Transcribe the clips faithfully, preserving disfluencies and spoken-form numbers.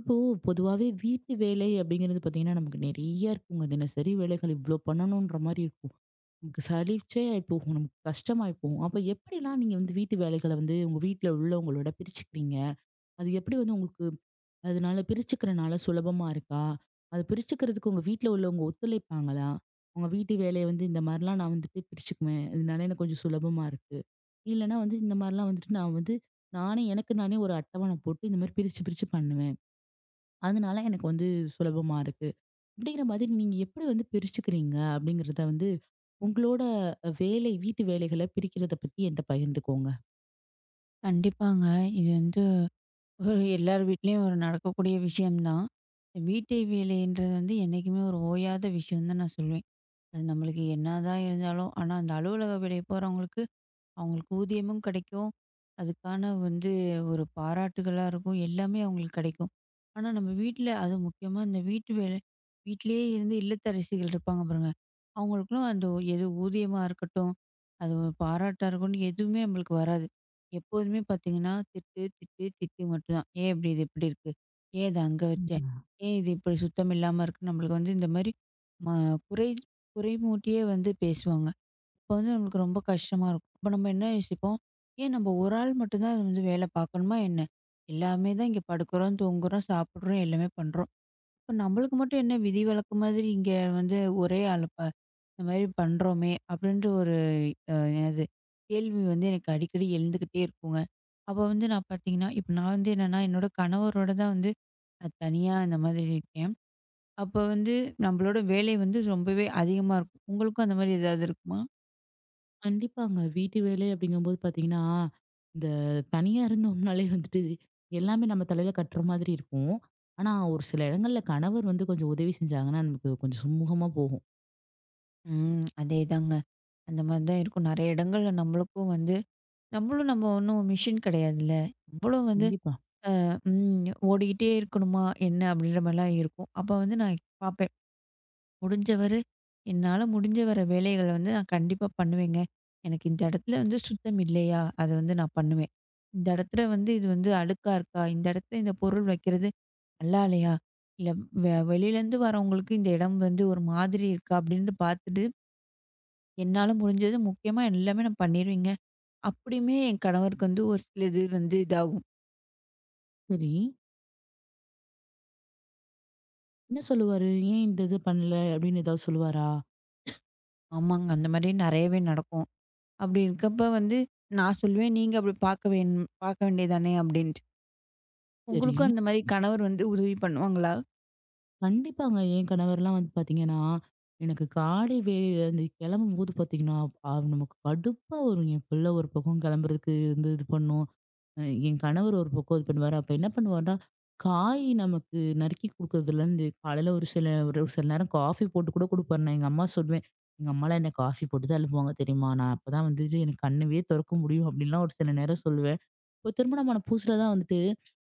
இப்போ பொதுவாவே வீட்டு வேலை அப்படிங்கிறது பாத்தீங்கன்னா, நமக்கு நெறைய இருக்குங்க. தினசரி வேலைகள் இவ்ளோ பண்ணணுன்ற மாரி இருக்கும். நமக்கு சலிச்சே ஆயி போகும். நமக்கு கஷ்டமாயி போகும். அப்ப எப்படிலாம் நீங்க வந்து வீட்டு வேலைகள வந்து உங்க வீட்ல உள்ளவங்களோட பிரிச்சுக்கிறீங்க? அது எப்படி வந்து உங்களுக்கு அதனால பிரிச்சுக்கிறனால சுலபமா இருக்கா? அத பிரிச்சுக்கிறதுக்கு உங்க வீட்ல உள்ளவங்க ஒத்துழைப்பாங்களா? உங்க வீட்டு வேலைய வந்து இந்த மாரிலாம் நான் வந்துட்டு பிரிச்சுக்குவேன். இதனால எனக்கு கொஞ்சம் சுலபமா இருக்கு. இல்லன்னா வந்து இந்த மாரிலாம் வந்துட்டு நான் வந்து நானே எனக்கு நானே ஒரு அட்டவணை போட்டு இந்த மாரி பிரிச்சு பிரிச்சு பண்ணுவேன். அதனால எனக்கு வந்து சுலபமா இருக்கு. அப்படிங்கிற மாதிரி நீங்க எப்படி வந்து பிரிச்சுக்கிறீங்க? அப்படிங்கிறத வந்து உங்களோட வேலை வீட்டு வேலைகள பிரிக்கிறத பத்தி என்ட்ட பகிர்ந்துக்கோங்க. கண்டிப்பாங்க. இது வந்து ஒரு எல்லார் வீட்லயும் ஒரு நடக்கக்கூடிய விஷயம்தான். இந்த வீட்டை வேலைன்றது வந்து என்னைக்குமே ஒரு ஓயாத விஷயம் தான் நான் சொல்வேன். அது நம்மளுக்கு என்னதான் இருந்தாலும் ஆனா அந்த அலுவலக வேலை போறவங்களுக்கு அவங்களுக்கு ஊதியமும் கிடைக்கும். அதுக்கான வந்து ஒரு பாராட்டுகளா இருக்கும். எல்லாமே அவங்களுக்கு கிடைக்கும். ஆனா நம்ம வீட்ல அதுவும் முக்கியமா இந்த வீட்டு வேலை வீட்லயே இருந்து இல்லத்தரசிகள் இருப்பாங்க பாருங்க. அவங்களுக்குலாம் அந்த ஒ- எது ஊதியமா இருக்கட்டும், அது ஒரு பாராட்டா இருக்கட்டும் எதுவுமே நம்மளுக்கு வராது. எப்போதுமே பார்த்தீங்கன்னா, திட்டு, திட்டு, திட்டு மட்டும்தான். "ஏன் இப்படி இது இப்படி இருக்கு? ஏன் இத அங்க வச்ச? ம். ஏன் இது இப்படி சுத்தம் இல்லாம இருக்கு?" நம்மளுக்கு வந்து இந்த மாரி ம குறை குறைமூட்டியே வந்து பேசுவாங்க. அப்ப வந்து நம்மளுக்கு ரொம்ப கஷ்டமா இருக்கும். அப்ப நம்ம என்ன யோசிப்போம், ஏன் நம்ம ஒரு ஆள் மட்டும் தான் வந்து வேலை பார்க்கணுமா என்ன? எல்லாமே தான் இங்க படுக்கிறோம், தூங்குறோம், சாப்பிடுறோம், எல்லாமே பண்றோம். இப்ப நம்மளுக்கு மட்டும் என்ன விதிவிலக்கு மாதிரி இங்க வந்து ஒரே ஆளு ப இந்த மாதிரி பண்றோமே அப்படின்ற ஒரு அ என்னது கேள்வி வந்து எனக்கு அடிக்கடி எழுந்துக்கிட்டே இருக்குங்க. அப்ப வந்து நான் பார்த்தீங்கன்னா, இப்ப நான் வந்து என்னன்னா, என்னோட கணவரோட தான் வந்து நான் தனியா இந்த மாதிரி இருக்கேன். அப்ப வந்து நம்மளோட வேலை வந்து ரொம்பவே அதிகமா இருக்கும். உங்களுக்கும் அந்த மாதிரி ஏதாவது இருக்குமா? கண்டிப்பாங்க. வீட்டு வேலை அப்படிங்கும்போது பார்த்தீங்கன்னா, இந்த தனியா இருந்தோம்னாலே வந்துட்டு எல்லாமே நம்ம தலையில கட்டுற மாதிரி இருக்கும். ஆனா, ஒரு சில இடங்கள்ல கணவர் வந்து கொஞ்சம் உதவி செஞ்சாங்கன்னா, நமக்கு கொஞ்சம் சுமூகமா போகும். ம். அதேதாங்க. அந்த மாரி தான் இருக்கும். நெறைய இடங்கள்ல நம்மளுக்கும் வந்து நம்மளும் நம்ம ஒண்ணும் மிஷின் கிடையாதுல்ல. நம்மளும் வந்து கண்டிப்பா. ம் ஓடிக்கிட்டே இருக்கணுமா என்ன அப்படின்ற மாரிலாம் இருக்கும். அப்ப வந்து நான் பார்ப்பேன். முடிஞ்சவரை என்னால முடிஞ்ச வர வேலைகள வந்து நான் கண்டிப்பா பண்ணுவேங்க. எனக்கு இந்த இடத்துல வந்து சுத்தம் இல்லையா? அத வந்து நான் பண்ணுவேன். இந்த இடத்துல வந்து இது வந்து அழுக்கா இருக்கா? இந்த இடத்துல இந்த பொருள் வைக்கிறது நல்லா இல்லையா? இல்ல வெ வெளியிலேருந்து வரவங்களுக்கு இந்த இடம் வந்து ஒரு மாதிரி இருக்கா? அப்படின்னு பார்த்துட்டு என்னால முடிஞ்சது முக்கியமா எல்லாமே நான் பண்ணிருவேங்க. அப்படியுமே என் கணவருக்கு வந்து ஒரு சில இது வந்து இதாகும். சரி. என்ன சொல்லுவாரு? "ஏன் இந்த இது பண்ணல?" அப்படின்னு ஏதாவது சொல்லுவாரா? ஆமாங்க. அந்த மாரி நெறையவே நடக்கும். அப்படி இருக்கப்ப வந்து நான் சொல்லுவேன், "நீங்க அப்படி பார்க்க வேண் பார்க்க வேண்டியது தானே" அப்படின்ட்டு. ம். சரி. உங்களுக்கும் அந்த மாரி கணவர் வந்து உதவி பண்ணுவாங்களா? கண்டிப்பாங்க. என் கணவர்லாம் வந்து பார்த்தீங்கன்னா, எனக்கு காலை வேளையில இந்த கிளம்பும்போது பார்த்தீங்கன்னா, அ நமக்கு கடுப்பா வரும். என் பிள்ளை ஒரு பக்கம் கிளம்புறதுக்கு வந்து இது பண்ணும். அ என் கணவர் ஒரு பக்கம் இது பண்ணுவாரு. அப்ப என்ன பண்ணுவாருன்னா, காய் நமக்கு நறுக்கி குடுக்குறதுலேருந்து காலையில ஒரு சில ஒரு சில நேரம் காஃபி போட்டு கூட குடுப்பாரு. நான் எங்க அம்மா சொல்லுவேன். எங்க அம்மாலாம் என்ன காஃபி போட்டு தான் எழுப்புவாங்க தெரியுமா? நான் அப்பதான் வந்து எனக்கு கண்ணவே தொறக்க முடியும். அப்படின்லாம் ஒரு சில நேரம் சொல்லுவேன். இப்போ திருமணமான புதுசுல தான் வந்துட்டு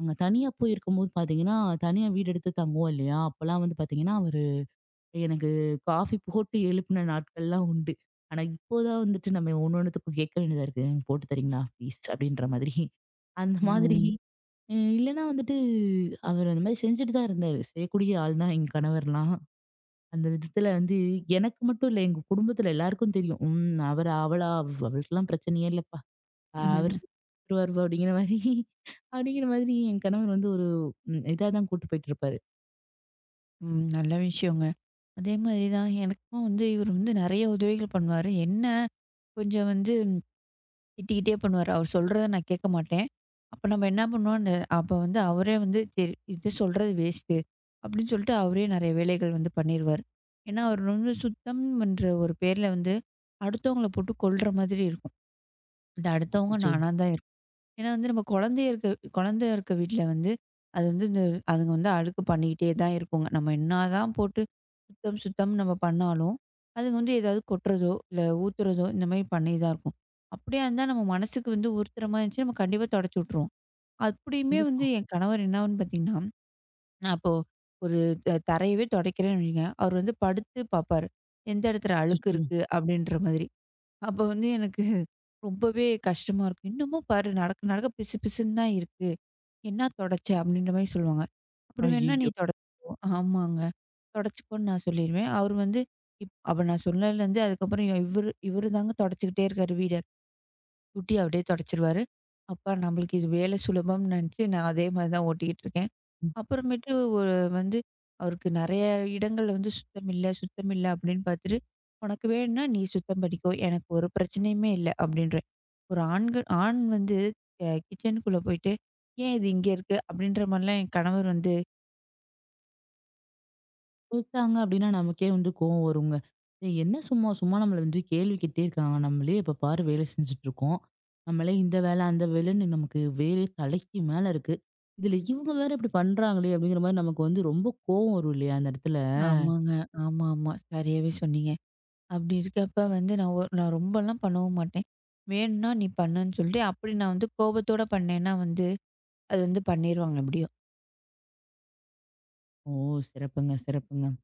அங்க தனியா போய் இருக்கும்போது பாத்தீங்கன்னா, தனியா வீடு எடுத்து தங்குவோம் இல்லையா? அப்பலாம் வந்து பாத்தீங்கன்னா, அவரு எனக்கு காஃபி போட்டு எழுப்புன நாட்கள்லாம் உண்டு. ஆனா, இப்போதான் வந்துட்டு நம்ம ஒண்ணொண்ணுத்துக்கும் கேட்க வேண்டியதா இருக்கு. "போட்டு தர்றீங்களா? ப்ளீஸ்" அப்படின்ற மாதிரி. அந்த மாதிரி ம். அ இல்லன்னா வந்துட்டு அவர் அந்த மாரி செஞ்சுட்டு தான் இருந்தாரு. செய்யக்கூடிய ஆள் தான் எங்க கணவர்லாம். அந்த விதத்துல வந்து எனக்கு மட்டும் இல்ல, எங்க குடும்பத்துல எல்லாருக்கும் தெரியும். "ம் அவரு அவளா? அவளுக்கெல்லாம் பிரச்சனையே இல்ல." அ அவரு ம். செத்துருவாரு போ அப்படிங்கிற மாரி அப்படிங்கிற மாதிரி என் கணவர் வந்து ஒரு ம் இதா தான் கூட்டு போயிட்டு இருப்பாரு. ம், நல்ல விஷயங்க. அதே மாரி தான் எனக்கும் வந்து இவர் வந்து நெறைய உதவிகள் பண்ணுவாரு. என்ன கொஞ்சம் வந்து திட்டிக்கிட்டே பண்ணுவாரு. அவர் சொல்றத நான் கேட்க மாட்டேன். அப்ப நம்ம என்ன பண்ணுவோம், அந்த அப்ப வந்து அவரே வந்து சரி இது சொல்றது வேஸ்ட்டு அப்படின்னு சொல்லிட்டு அவரே நெறைய வேலைகள் வந்து பண்ணிருவாரு. ஏன்னா, அவர் வந்து சுத்தம்ன்ற ஒரு பேர்ல வந்து அடுத்தவங்கள போட்டு கொல்ற மாதிரி இருக்கும். இந்த அடுத்தவங்க அச்சச்சோ! நானா தான் இருப்பேன். ஏன்னா வந்து நம்ம குழந்தைய இருக்க குழந்தை இருக்க வீட்ல வந்து, அது வந்து இந்த அதுங்க வந்து அழுக்கு பண்ணிக்கிட்டே தான் இருக்குங்க. நம்ம என்னாதான் போட்டு சுத்தம் சுத்தம் நம்ம பண்ணாலும், அதுங்க வந்து ஏதாவது கொட்டுறதோ, இல்ல ஊத்துறதோ இந்த மாரி பண்ணி தான் இருக்கும். அப்படியா இருந்தா நம்ம மனசுக்கு வந்து உறுத்துற மாரி இருந்துச்சுன்னா, நம்ம கண்டிப்பா தொடச்சு விட்டுருவோம். அப்படியுமே வந்து கண்டிப்பா. என் கணவர் என்னாகும்னு பார்த்தீங்கன்னா, நான் இப்போ ஒரு த தரையவே துடைக்கிறேன்னு வைங்க, அவர் வந்து படுத்து பார்ப்பாரு. எந்த இடத்துல அழுக்கு அச்சச்சோ! இருக்கு அப்படின்ற மாதிரி. அப்ப வந்து எனக்கு ரொம்பவே கஷ்டமா இருக்கும். இன்னமும் பாரு நடக்க நடக்க பிசு பிசுன்னு தான் இருக்கு. "என்னா தொடச்ச?" அப்படின்ற மாரி சொல்லுவாங்க. "அப்படி வேணும்னா நீ ஐய்யய்யோ! தொடச்சுக்கோ." ஆமாங்க. "தொடச்சுக்கோன்னு" நான் சொல்லிருவேன். அவரு வந்து இப் அப்ப நான் சொன்னதுலேருந்து அதுக்கப்புறம் இவரு இவரு தாங்க தொடச்சுக்கிட்டே இருக்காரு வீட. குட்டி அப்படியே தொடச்சிருவாரு. அப்பா நம்மளுக்கு இது வேலை சுலபம்னு நெனச்சு நான் அதே மாரி தான் ஓட்டிக்கிட்டு இருக்கேன். ம். அப்புறமேட்டு ஒரு வந்து அவருக்கு நெறைய இடங்கள்ல வந்து சுத்தம் இல்ல, சுத்தம் இல்ல அப்படின்னு பாத்துட்டு, "உனக்கு வேணும்னா நீ சுத்தம் பண்ணிக்கோ. எனக்கு ஒரு பிரச்சனையுமே இல்ல" அப்படின்ற ஒரு ஆண்கள் ஆண் வந்து அ கிச்சனுக்குள்ள போயிட்டு, "ஏன் இது இங்க இருக்கு?" அப்படின்ற மாரிலாம் என் கணவர் வந்து கேட்டாங்க அப்படின்னா நமக்கே வந்து கோவம் வருங்க. ஏய் என்ன சும்மா சும்மா நம்மள வந்து கேள்வி கேட்டே இருக்காங்க. நம்மளே எப்ப பாரு வேலை செஞ்சுட்டு இருக்கோம். நம்மளே இந்த வேலை, அந்த வேலைன்னு நமக்கு வேலை தலைக்கு மேல இருக்கு. இதுல இவங்க வேற இப்படி பண்றாங்களே அப்படிங்கிற மாரி நமக்கு வந்து ரொம்ப கோவம் வரும் இல்லையா அந்த இடத்துல? ஆமாங்க. ஆமா, ஆமா. சரியாவே சொன்னீங்க. அப்படி இருக்கப்ப வந்து நான் ஒ நான் ரொம்பலாம் பண்ணவும் மாட்டேன். வேணும்னா நீ பண்ணுன்னு சொல்லிட்டு, அப்படி நான் வந்து கோபத்தோட பண்ணேன்னா வந்து, அது வந்து பண்ணிருவாங்க எப்படியும். ஓ! சிறப்புங்க, சிறப்புங்க.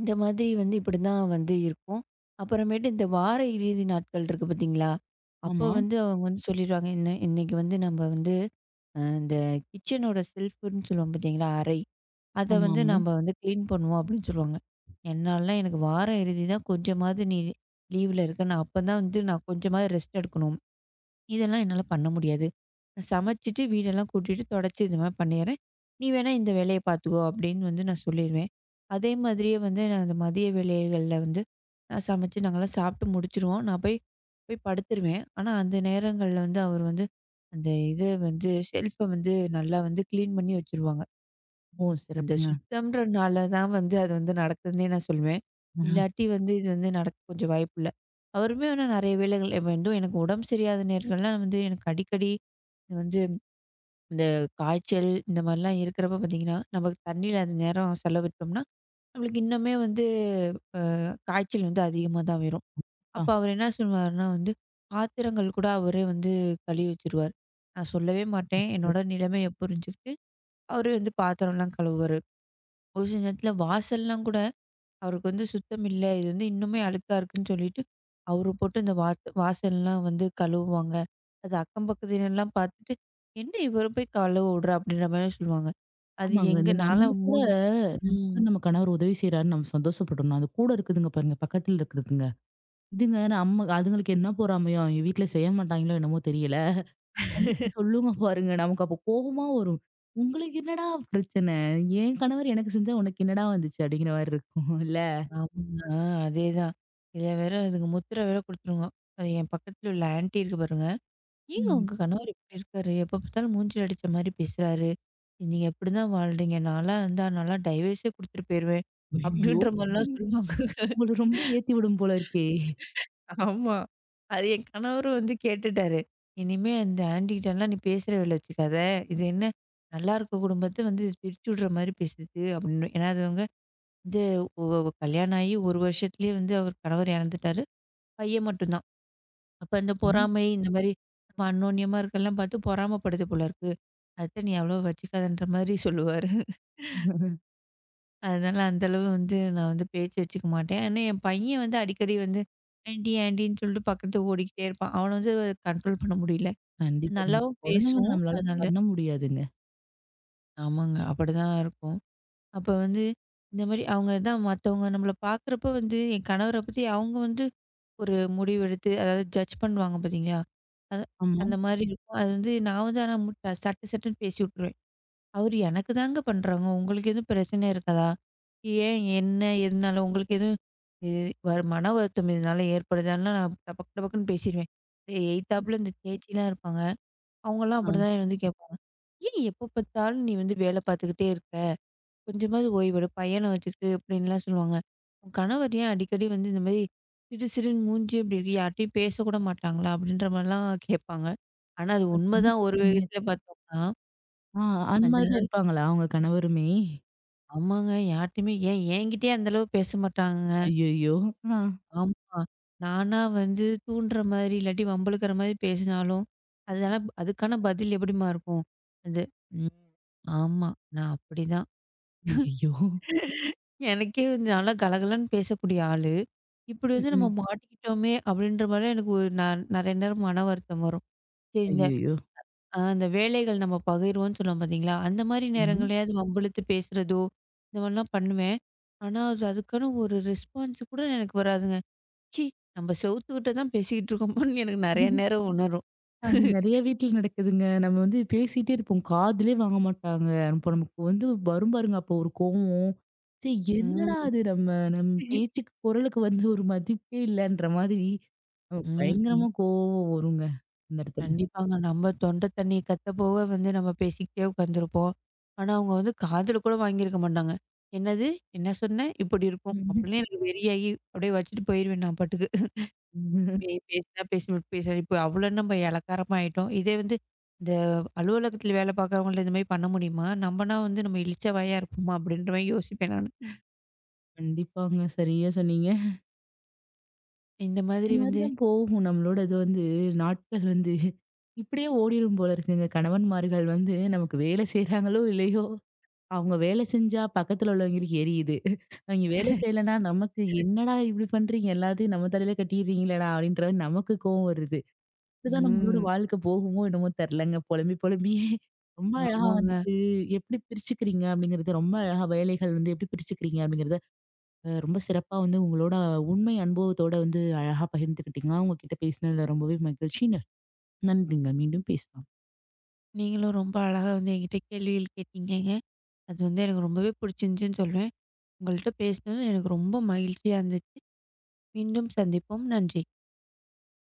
இந்த மாதிரி வந்து இப்படிதான் வந்து இருக்கும். அப்புறமேட்டு இந்த வார இறுதி நாட்கள் இருக்கு பார்த்தீங்களா? அப்போ ஆமா. வந்து அவங்க வந்து சொல்லிருவாங்க, "இன்ன இன்னைக்கு வந்து நம்ம வந்து அ இந்த கிச்சனோட செல்ஃப்ன்னு சொல்லுவோம் பார்த்தீங்களா? அறை. அத வந்து ஆமாமா. நம்ம வந்து கிளீன் பண்ணுவோம் அப்படின்னு சொல்லுவாங்க. என்னாலலாம் எனக்கு வார இறுதி தான் கொஞ்சமாவது நீ லீவ்ல இருக்க. நான் அப்பதான் வந்து நான் கொஞ்சமாவது ரெஸ்ட் எடுக்கணும். இதெல்லாம் என்னால பண்ண முடியாது. நான் சமைச்சுட்டு வீடெல்லாம் கூட்டிட்டு தொடச்சு இந்த மாதிரி பண்ணிடுறேன். நீ வேணா இந்த வேலைய பார்த்துக்கோ அப்படின்னு வந்து நான் சொல்லிருவேன். அதே மாதிரியே வந்து நான் அந்த மதிய வேலைகள்ல வந்து நான் சமைச்சு நாங்கலாம் சாப்பிட்டு முடிச்சுருவோம். நான் போய் போய் படுத்துருவேன். ஆனா அந்த நேரங்கள்ல வந்து அவர் வந்து அந்த இத வந்து ஷெல்ஃப வந்து நல்லா வந்து கிளீன் பண்ணி வச்சுருவாங்க. ஓ! அந்த சிறப்புங்க. சுத்தம்ன்றனால தான் வந்து அது வந்து நடக்குதுன்னே நான் சொல்லுவேன். ஆ. இல்லாட்டி வந்து இது வந்து நடக்க கொஞ்சம் வாய்ப்பில்ல. அவருமே ஆனா நெறைய வேளைகள் இப்ப வந்து எனக்கு உடம்பு சரியாத நேரங்கள்லாம் வந்து எனக்கு அடிக்கடி வந்து இந்த காய்ச்சல் இந்த மாரிலாம் இருக்கிறப்ப பார்த்தீங்கன்னா, நமக்கு தண்ணீல அந்த நேரம் செலவிட்டோம்னா, நம்மளுக்கு இன்னுமே வந்து காய்ச்சல் வந்து அதிகமா தான் வரும். ஆ, அப்ப அவரு என்ன சொல்லுவாருன்னா வந்து, பாத்திரங்கள் கூட அவரே வந்து கழுவி வச்சுருவாரு. நான் சொல்லவே ஓ, மாட்டேன். என்னோட சிறப்பு. நிலைமைய புரிஞ்சுக்கிட்டு, அவரே வந்து பாத்திரம்லாம் கழுவுவாரு. ஒரு சில நேரத்தில வாசல்லாம் கூட அவருக்கு வந்து சுத்தம் இல்ல. இது வந்து இன்னுமே அழுக்கா இருக்குன்னு சொல்லிட்டு, அவரு போட்டு இந்த வாத் வாசல்லாம் வந்து கழுவுவாங்க. அது அக்கம் பக்கத்தினர்லாம் பார்த்துட்டு, "என்ன இவரு போய் கழுவ விடுறா?" அப்படின்ற மாரி சொல்லுவாங்க. அது ஆமாங்க. எங்க இந்த நம்ம நான்லாம் கூட மூஞ் நம்ம கூட ம். நம்ம கணவர் உதவி செய்றாருன்னு நம்ம சந்தோஷப்படணும். அது கூட இருக்குதுங்க பாருங்க, பக்கத்துல இருக்குதுங்க. இதுங்க நம்ம அதுங்களுக்கு என்ன பொறாமையோ, அவங்க வீட்ல செய்ய மாட்டாங்களோ என்னமோ தெரியல. வந்துட்டு சொல்லுங்க பாருங்க, நமக்கு அப்போ கோவமா வரும். உங்களுக்கு என்னடா பிரச்சனை? என் கணவர் எனக்கு செஞ்சா உனக்கு என்னடா வந்துச்சு? அப்படிங்கிற மாரி இருக்கும் இல்ல? ஆமாங்க. ஆ அதேதான். இதில வேற அதுக்கு முத்திர வேற குடுத்துருங்க. அது என் பக்கத்துல உள்ள ஆன்டி இருக்கு பாருங்க. "ஏங்க ம். உங்க கணவர் இப்படி இருக்காரு? எப்ப பார்த்தாலும் மூஞ்சில அடிச்ச மாரி பேசுறாரு. நீங்க இப்படிதான் வாழ்றீங்க. நான்லாம் இருந்தா நான்லாம் டைவர்ஸே குடுத்துட்டு போயிருவேன்." ஐயய்யோ! அப்படின்ற மாரிலாம் சொல்லுவாங்க. உங்கள ரொம்ப ஏத்தி விடும் போல இருக்கே! ஆமா. அது என் கணவரும் வந்து கேட்டுட்டாரு. "இனிமே அந்த ஆன்டிகிட்டலாம் நீ பேசுற வேல வச்சுக்காத. இது என்ன நல்லா இருக்க குடும்பத்த வந்து இது பிரிச்சு விடுற மாரி பேசுது" அப்படின்னு. ஏன்னா அதுவங்க வந்து ஒ ஒ கல்யாணம் ஆகி ஒரு வருஷத்துலயே வந்து அவர் கணவர் இறந்துட்டாரு. பையன் மட்டும்தான். அப்ப அந்த ம். பொறாமை இந்த மாரி நம்ம அன்னோன்யமா இருக்கெல்லாம் பார்த்து பொறாமப்படுது போல இருக்கு. "அத்த நீ அவ்வளவா வச்சுக்காதன்ற" மாரி சொல்லுவாரு. அதனால அந்த அளவு வந்து நான் வந்து பேச்சு வச்சுக்க மாட்டேன். ஆனா என் பையன் வந்து அடிக்கடி வந்து, "ஆன்டி, ஆன்டின்னு" சொல்லிட்டு பக்கத்துல ஓடிக்கிட்டே இருப்பான். அவன வந்து கண்ட்ரோல் பண்ண முடியல. கண்டிப்பா, கண்டிப்பா. நல்லாவும் குழந்தைங்கள பேசும். நம்மளால அதனால பண்ண முடியாதுங்க. ஆமாங்க. அப்படிதான் இருக்கும். அப்ப வந்து இந்த மாரி அவங்க தான் மத்தவங்க நம்மள பார்க்குறப்ப வந்து என் கணவர பத்தி அவங்க வந்து ஒரு முடிவெடுத்து அதாவது ஜட்ஜ் பண்ணுவாங்க பார்த்தீங்களா? அது ஆமா. அந்த மாரி இருக்கும். அது வந்து நான் வந்து ஆனா முட் சட்டு சட்டுன்னு பேசி விட்டுருவேன். அவரு எனக்கு தாங்க பண்றாங்க. உங்களுக்கு எதுவும் பிரச்சனை இருக்காதா? ஏன்? என்ன? எதனால? உங்களுக்கு எதுவும் இ வ மன வருத்தம் இதனால ஏற்படுதான்னா, நான் டபக் டபக்குன்னு பேசிருவேன். எய்த்தாப்புல இந்த சேச்சிலாம் இருப்பாங்க. அவங்கலாம் ஆ. அப்படிதான் வந்து கேட்பாங்க. "ஏன் எப்ப பார்த்தாலும் நீ வந்து வேலை பார்த்துக்கிட்டே இருக்க? கொஞ்சமாவது ஓய்வெடு. பையன வச்சுக்கிட்டு" அப்படின்லாம் சொல்லுவாங்க. "உன் கணவர் ஏன் அடிக்கடி வந்து இந்த மாரி சிடு சிடுன்னு மூஞ்சியும் இப்படி இருக்கு? யார்ட்டயும் பேசக்கூட மாட்டாங்களா?" அப்படின்ற மாரிலாம் கேட்பாங்க. ஆனா அது இப்ப நீங்க என்ன உண்மைதான் ஒரு சொல்றீங்க? விதத்துல பார்த்தோம்னா. ஆ, அந்த மாரி தான் இருப்பாங்களா உங்க கணவருமே? ஆமாங்க. யார்ட்டயுமே ஏன் என்கிட்டயே அந்த அளவு பேச மாட்டாங்கங்க. ஐயய்யோ! ஆ. ஆமா. நானா வந்து தூண்டுற மாரி, இல்லாட்டி வம்பிழுக்கிற மாரி பேசினாலும், அதனால அதுக்கான பதில் எப்படிம்மா இருக்கும்? அது ம். ஆமா. நான் அப்படிதான். ஐயய்யோ! எனக்கே வந்து நல்லா கலகலன்னு பேசக்கூடிய ஆளு. இப்படி வந்து நம்ம ம்ஹ்ம். மாட்டிக்கிட்டோமே அப்படின்ற மாரி எனக்கு ஒரு நான் நெறைய நேரம் மன வருத்தம் வரும். சரி இந்த ஐயய்யோ! ஆ அந்த வேலைகள் நம்ம பகிர்வோம்னு சொல்லுவோம் பார்த்தீங்களா? அந்த மாரி ம். நேரங்கள்லயாவது வம்பிழுத்து பேசுறதோ, இந்த மாரிலாம் பண்ணுவேன். ஆனா, அது அதுக்கான ஒரு ரெஸ்பான்ஸ் கூட எனக்கு வராதுங்க. ச்சீ! நம்ம செவுத்துக்கிட்ட தான் பேசிக்கிட்டு இருக்கோமோன்னு எனக்கு நெறைய நேரம் உணரும். அது நெறைய வீட்ல நடக்குதுங்க. நம்ம வந்து பேசிட்டே இருப்போம். காதுலே வாங்க மாட்டாங்க. அப்போ நமக்கு வந்து வரும் பாருங்க அப்போ ஒரு கோவம். சே ம். என்னடா அது நம்ம நம் பேச்சுக்கு குரலுக்கு வந்து ஒரு மதிப்பே இல்லன்ற மாதிரி அ ம். பயங்கரமா கோவம் வருங்க அந்த இடத்துல. கண்டிப்பாங்க. நம்ம தொண்ட தண்ணி கத்த போக வந்து நம்ம பேசிக்கிட்டே உட்காந்துருப்போம். ஆனா, அவங்க வந்து காதுல கூட வாங்கியிருக்க மாட்டாங்க. "என்னது? என்ன சொன்ன?" இப்படி இருக்கும். அப்படிலாம் எனக்கு வெறியாகி அப்படியே வச்சுட்டு போயிருவேன் நான் பாட்டுக்கு. பேய் பேசினா பேசி பேசி இப்ப அவ்வளோ நம்ம இளக்காரமா ஆயிட்டோம். இதே வந்து இந்த அலுவலகத்தில வேலை பார்க்குறவங்கள்ட்ட இந்த மாரி பண்ண முடியுமா? நம்மனா வந்து நம்ம இளிச்ச வாயா இருப்போமா? அப்படின்ற மாரி யோசிப்பேன் நானு. கண்டிப்பாங்க. சரியா சொன்னீங்க. இந்த மாதிரி இந்த மாதிரி வந்து தான் போகும். நம்மளோட இது வந்து நாட்கள் வந்து இப்படியே ஓடிரும் போல இருக்குங்க. கணவன்மார்கள் வந்து நமக்கு வேலை செய்றாங்களோ! இல்லையோ! அவங்க வேலை செஞ்சா பக்கத்துல உள்ளவங்களுக்கு எரியுது. அவிங்க வேலை செய்யலன்னா நமக்கு "என்னடா இப்படி பண்றீங்க? எல்லாத்தையும் நம்ம தலையில கட்டிடுறீங்களேடா!" அப்படின்ற மாரி நமக்கு கோவம் வருது. இப்படிதான் நம்மளோட ம். வாழ்க்கை போகுமோ என்னமோ தெரியலங்க. புலம்பி புலம்பியே ரொம்ப அழகா ஆமாங்க. வந்துட்டு எப்படி பிரிச்சுக்கிறீங்க அப்படிங்கிறத ரொம்ப அழகா வேலைகள் வந்து எப்படி பிரிச்சுக்கிறீங்க அப்படிங்கிறத அ ரொம்ப சிறப்பா வந்து உங்களோட உண்மை அனுபவத்தோட வந்து அழகா பகிர்ந்துக்கிட்டீங்க. உங்ககிட்ட பேசினதுல ரொம்பவே மகிழ்ச்சி. ந நன்றிங்க. மீண்டும் பேசலாம். நீங்களும் ரொம்ப அழகா வந்து என்கிட்ட கேள்விகள் கேட்டீங்கங்க. அது வந்து எனக்கு ரொம்பவே பிடிச்சிருந்துச்சுன்னு சொல்லுவேன். உங்கள்ட்ட பேசினது எனக்கு ரொம்ப மகிழ்ச்சியா இருந்துச்சு. மீண்டும் சந்திப்போம். நன்றி.